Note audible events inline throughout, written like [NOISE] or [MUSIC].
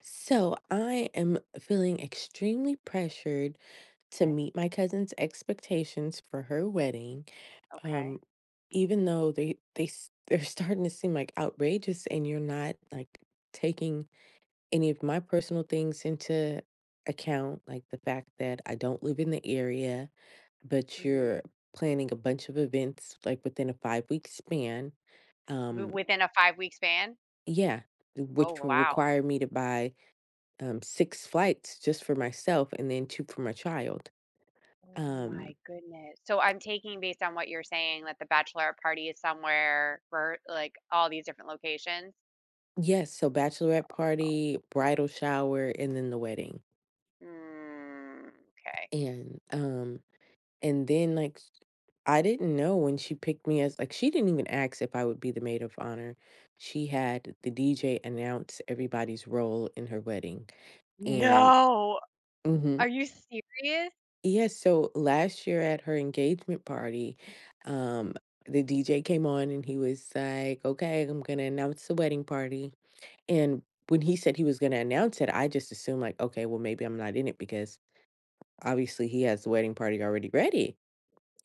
So I am feeling extremely pressured to Okay, meet my cousin's expectations for her wedding. okay. Um, Even though [LAUGHS] they're starting to seem like outrageous, and you're not like taking any of my personal things into account, like the fact that I don't live in the area, but you're Mhm. planning a bunch of events like within a 5-week span. W Um, within a five-week span? yeah, Oh, which will wow. require me to buy six flights just for myself and then two for my child. Oh Um, my goodness. So I'm taking based on what you're saying that the bachelorette party is somewhere for, like, all these different locations? yes, so bachelorette Oh. party, bridal shower, and then the wedding. Mm, okay. And um, and then like I didn't know when she picked me as like she didn't even ask if I would be the maid of honor. She had the DJ announce everybody's role in her wedding, and No! mhm. Are you serious? Yes, so last year at her engagement party, um, the DJ came on and he was like, "Okay, I'm gonna announce the wedding party." And when he said he was gonna announce it, I just assumed like, "Okay, well maybe I'm not in it because obviously he has the wedding party already ready."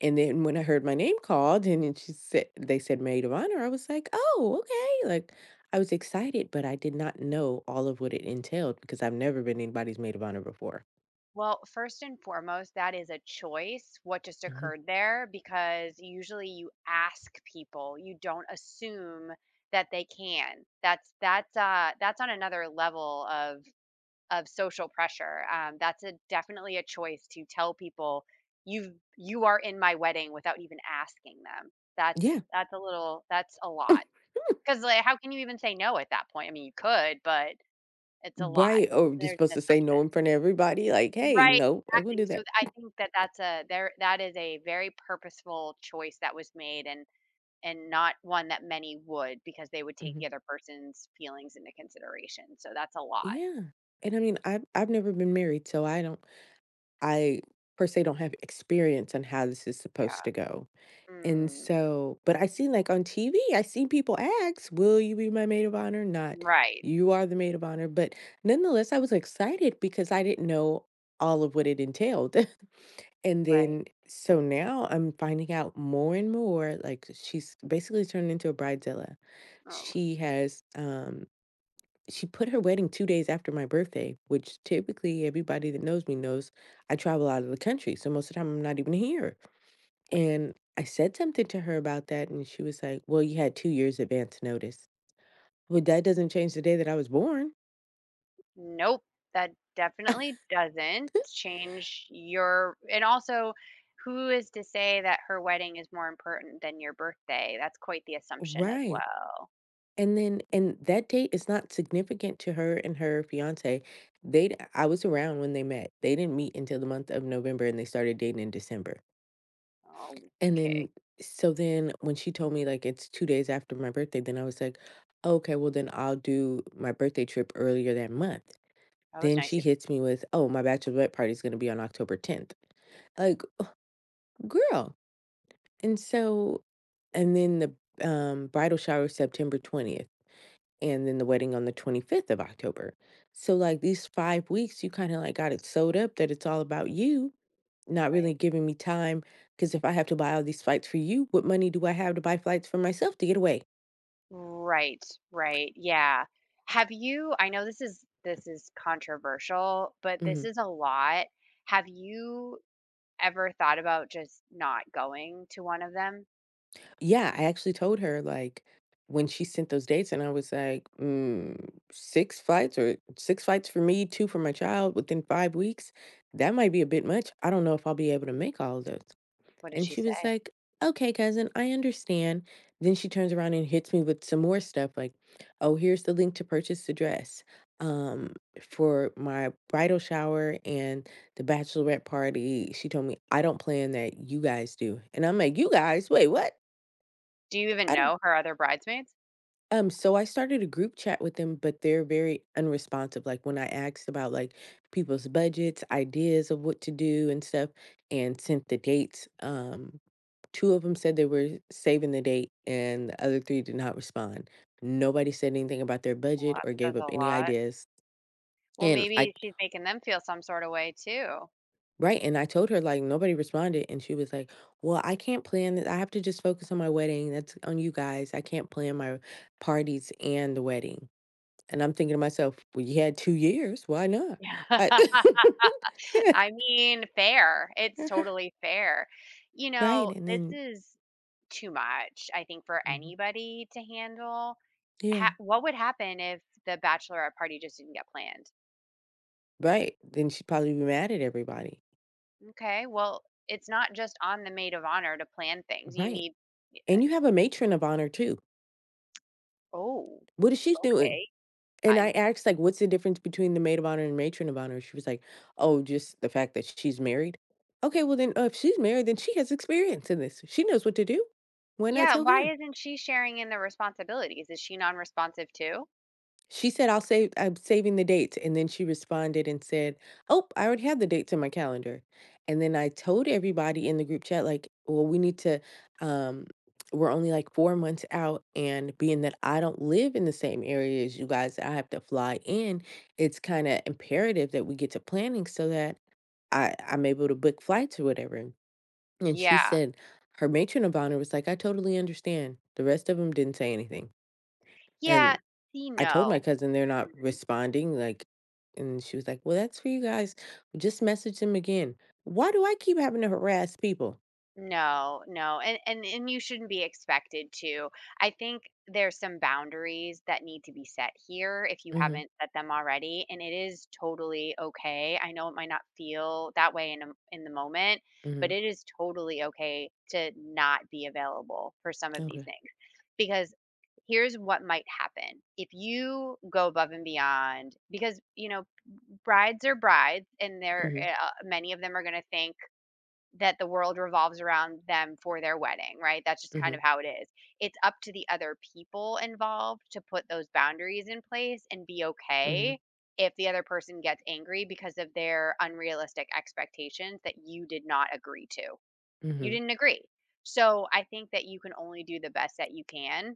And then when I heard my name called and then she said they said maid of honor, I was like, "Oh, okay." Like I was excited, but I did not know all of what it entailed because I've never been anybody's maid of honor before. Well, first and foremost, that is a choice, what just Mhm. occurred there, because usually you ask people, you don't assume that they can. That's that's on another level of social pressure. That's a definitely a choice to tell people you are in my wedding without even asking them. That's Yeah. that's a little that's a lot because like how can you even say no at that point? I mean, you could, but it's a lot. Right, oh, you're There's an supposed to say no assumption, in front of everybody, like, "Hey, right? no, I wouldn't do Exactly. So that." I think that that is a very purposeful choice that was made and not one that many would because they would take the Mhm. other person's feelings into consideration. So that's a lot. Yeah, and I mean, I've never been married, so I don't I, per se, don't have experience on how this is supposed Yeah. to go, and Mm, so but I seen, like, on TV, I seen people ask, "Will you be my maid of honor?" Not, right. "You are the maid of honor," but nonetheless, I was excited because I didn't know all of what it entailed. [LAUGHS] And Right. then so now I'm finding out more and more, like she's basically turned into a bridezilla. Oh, She has um she put her wedding 2 days after my birthday, which typically everybody that knows me knows I travel out of the country. So most of the time I'm not even here. And I said something to her about that and she was like, well, you had 2 years advance notice. Well, that doesn't change the day that I was born. nope. That [LAUGHS] definitely doesn't change your and also, who is to say that her wedding is more important than your birthday? That's quite the assumption as Right. well. And then and that date is not significant to her and her fiancé. They'd I was around when they met. They didn't meet until the month of November, and they started dating in December. Oh, And okay. then so then when she told me, like, "It's 2 days after my birthday," then I was like, "Okay, well, then I'll do my birthday trip earlier that month." That was Then nice she of you. hits me with, "Oh, my bachelorette party is gonna be on October 10th." Like, girl. And so and then the bridal shower is September 20th, and then the wedding on the 25th of October. So like these 5 weeks you kinda like got it sewed up that it's all about you, not Right. really giving me time, because if I have to buy all these flights for you, what money do I have to buy flights for myself to get away? Right. Right. Yeah. Have you I know this is controversial, but this Mhm. is a lot. Have you ever thought about just not going to one of them? Yeah, I actually told her, like, when she sent those dates and I was like, "Mm, 6 flights or 6 flights for me, 2 for my child within 5 weeks? That might be a bit much. I don't know if I'll be able to make all of those." What did And she she was say? like, okay, cousin, I understand. Then she turns around and hits me with some more stuff like, oh, here's the link to purchase the dress um, for my bridal shower and the bachelorette party. She told me, I don't plan that. You guys do. And I'm like, you guys, wait, what? Do you even I don't. know her other bridesmaids? So I started a group chat with them, but they're very unresponsive. Like when I asked about like people's budgets, ideas of what to do and stuff, and sent the dates. Two of them said they were saving the date, and the other three did not respond. Nobody said anything about their budget or gave Says up a any lot. ideas. Well, And I, maybe she's making them feel some sort of way too. right, and I told her, like, nobody responded. And she was like, well, I can't plan this. I have to just focus on my wedding. That's on you guys. I can't plan my parties and the wedding. And I'm thinking to myself, well, you had 2 years. Why not? Yeah, I, [LAUGHS] I mean, fair. It's [LAUGHS] totally fair. You right. know, this is too much, I think, for Mhm, anybody to handle. yeah, What would happen if the bachelorette party just didn't get planned? right. Then she'd probably be mad at everybody. Okay, well, it's not just on the maid of honor to plan things. You Right. need, And you have a matron of honor too. oh, What is she doing? okay. And I, I asked, like, what's the difference between the maid of honor and matron of honor? She was like, oh, just the fact that she's married. Okay, well, then if she's married, then she has experience in this. She knows what to do. Why not yeah, tell her? why isn't she sharing in the responsibilities? Is she non responsive too? She said, I'm saving the dates," and then she responded and said, "Oh, I already have the dates in my calendar." And then I told everybody in the group chat like, "Well, we need to um we're only like 4 months out and being that I don't live in the same area as you guys, I have to fly in. It's kind of imperative that we get to planning so that I'm able to book flights or whatever." And she Yeah. said her matron of honor was like, "I totally understand." The rest of them didn't say anything. And Yeah, see, I told my no. cousin they're not Mm. responding, and she was like, "Well, that's for you guys. Just message them again." Why do I keep having to harass people? No, no, and and you shouldn't be expected to. I think there's some boundaries that need to be set here if you Mhm. haven't set them already, and it is totally okay. I know it might not feel that way in the moment, but Mhm. it is totally okay to not be available for some of these Okay. things because here's what might happen. If you go above and beyond because, you know, brides are brides and Mhm. Many of them are going to think that the world revolves around them for their wedding, right? That's just kind Mhm. of how it is. It's up to the other people involved to put those boundaries in place and be Mhm. okay if the other person gets angry because of their unrealistic expectations that you did not agree to. You Mhm. didn't agree. So I think that you can only do the best that you can,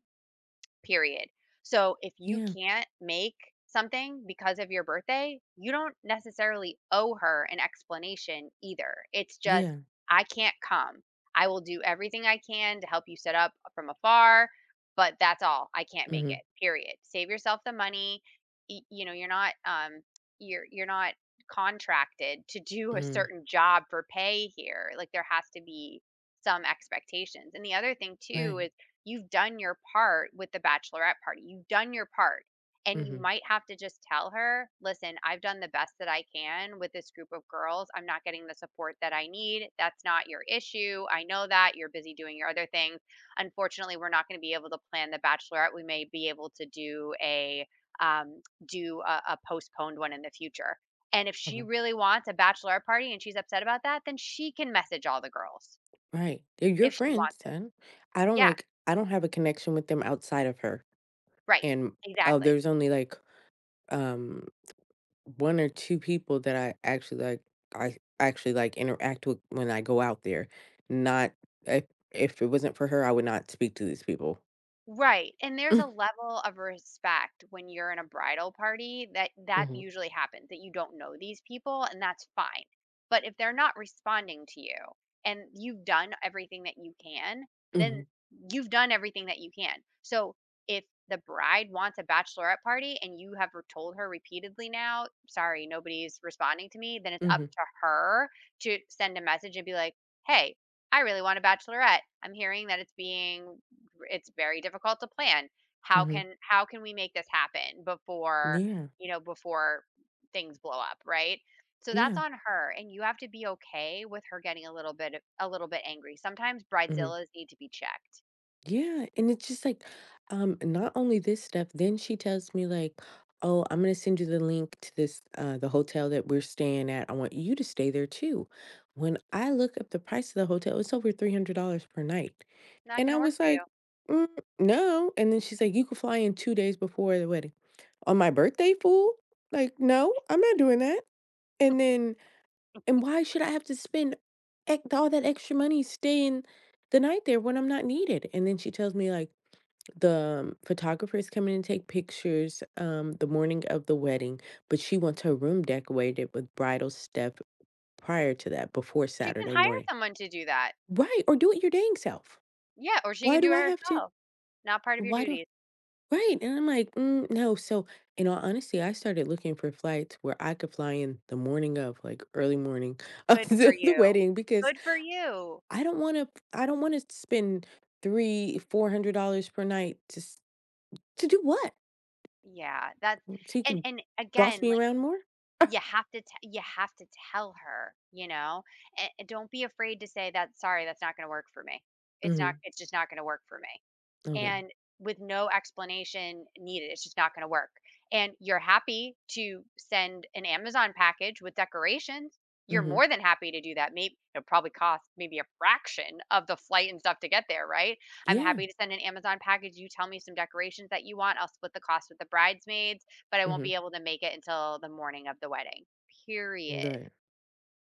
period. So if you Yeah. can't make something because of your birthday, you don't necessarily owe her an explanation either. It's just, Yeah. I can't come. I will do everything I can to help you set up from afar, but that's all. I can't make Mhm. it. Period. Save yourself the money. You know, you're not contracted to do a Mhm. certain job for pay here. Like there has to be some expectations. And the other thing too Right. is you've done your part with the bachelorette party. You've done your part. And you Mhm. might have to just tell her, listen, I've done the best that I can with this group of girls. I'm not getting the support that I need. That's not your issue. I know that you're busy doing your other things. Unfortunately, we're not going to be able to plan the bachelorette. We may be able to do a um, do a postponed one in the future. And if she Okay. really wants a bachelorette party and she's upset about that, then she can message all the girls Right. They're your if she friends, wants it. son. Yeah, I don't have a connection with them outside of her. right. And oh, Exactly. there's only um 1 or 2 people that I actually, like, interact with when I go out there. Not if if it wasn't for her, I would not speak to these people. Right, and there's a [LAUGHS] level of respect when you're in a bridal party that Mhm, usually happens, that you don't know these people, and that's fine. But if they're not responding to you and you've done everything that you can, then mhm, you've done everything that you can. So if the bride wants a bachelorette party and you have told her repeatedly now, sorry, nobody's responding to me, then it's up mhm, to her to send a message and be like, hey, I really want a bachelorette. I'm hearing that it's very difficult to plan. How mhm. can how can we make this happen before, Yeah, you know, before things blow up, right? So that's yeah, on her and you have to be okay with her getting a little bit angry. Sometimes mhm. bridezillas need to be checked. Yeah, and it's just like, not only this stuff, then she tells me, like, "Oh, I'm gonna send you the link to this, the hotel that we're staying at. I want you to stay there too." When I look up the price of the hotel, it's over $300 per night. Not And going I to work was for you. like, "Mm, no." And then she's like, you can fly in 2 days before the wedding. On my birthday, fool? Like, no, I'm not doing that. And then, and [LAUGHS] why should I have to spend all that extra money staying the night there when I'm not needed? And then she tells me, like, the photographer is coming to take pictures the morning of the wedding, but she wants her room decorated with bridal stuff prior to that, before She can Saturday hire morning. someone to do that. Right. Or do it your dang self. Yeah, or she Why can do do it I have to? herself. Not part of your Why do duties. Right, and I'm like, "Mm, no." So, in all honesty, I started looking for flights where I could fly in the morning of, like, early morning [LAUGHS] of Good for the you. wedding because Good for you. I don't wanna I don't wanna spend three, $400 per night to do what? Yeah, that's So you can and boss again, me like, around more? You have to tell her, you know? A And don't be afraid to say that, "Sorry, that's not gonna work for me. Mhm, It's just not gonna work for me." okay, And with no explanation needed. It's just not going to work. And you're happy to send an Amazon package with decorations. You're mhm, more than happy to do that. Maybe it'll probably cost maybe a fraction of the flight and stuff to get there, right? I'm yeah, happy to send an Amazon package. You tell me some decorations that you want. I'll split the cost with the bridesmaids, but I won't mhm, be able to make it until the morning of the wedding. Period. right,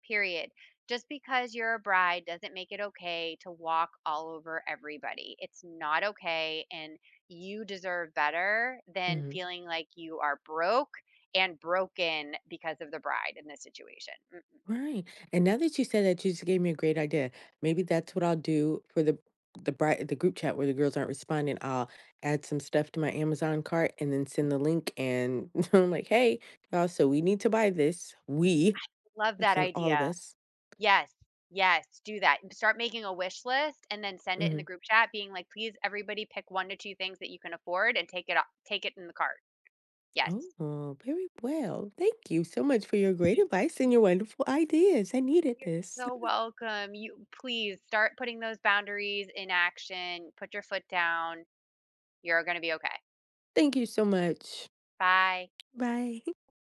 Period. Just because you're a bride doesn't make it okay to walk all over everybody. It's not okay. And you deserve better than mhm. feeling like you are broke and broken because of the bride in this situation. Mm. Right. And now that you said that, you just gave me a great idea. Maybe that's what I'll do for the group chat where the girls aren't responding. I'll add some stuff to my Amazon cart and then send the link and [LAUGHS] I'm like, hey, y'all, so we need to buy this. We, Love that's that in all of idea. us. Yes. Yes. Do that. Start making a wish list and then send it in the Hmm. group chat being like, please, everybody pick one to two things that you can afford and take it, take it in the cart. Yes. Oh, very well. Thank you so much for your great advice and your wonderful ideas. I needed You're this. so welcome. You please start putting those boundaries in action. Put your foot down. You're going to be okay. [LAUGHS] Thank you so much. Bye. Bye.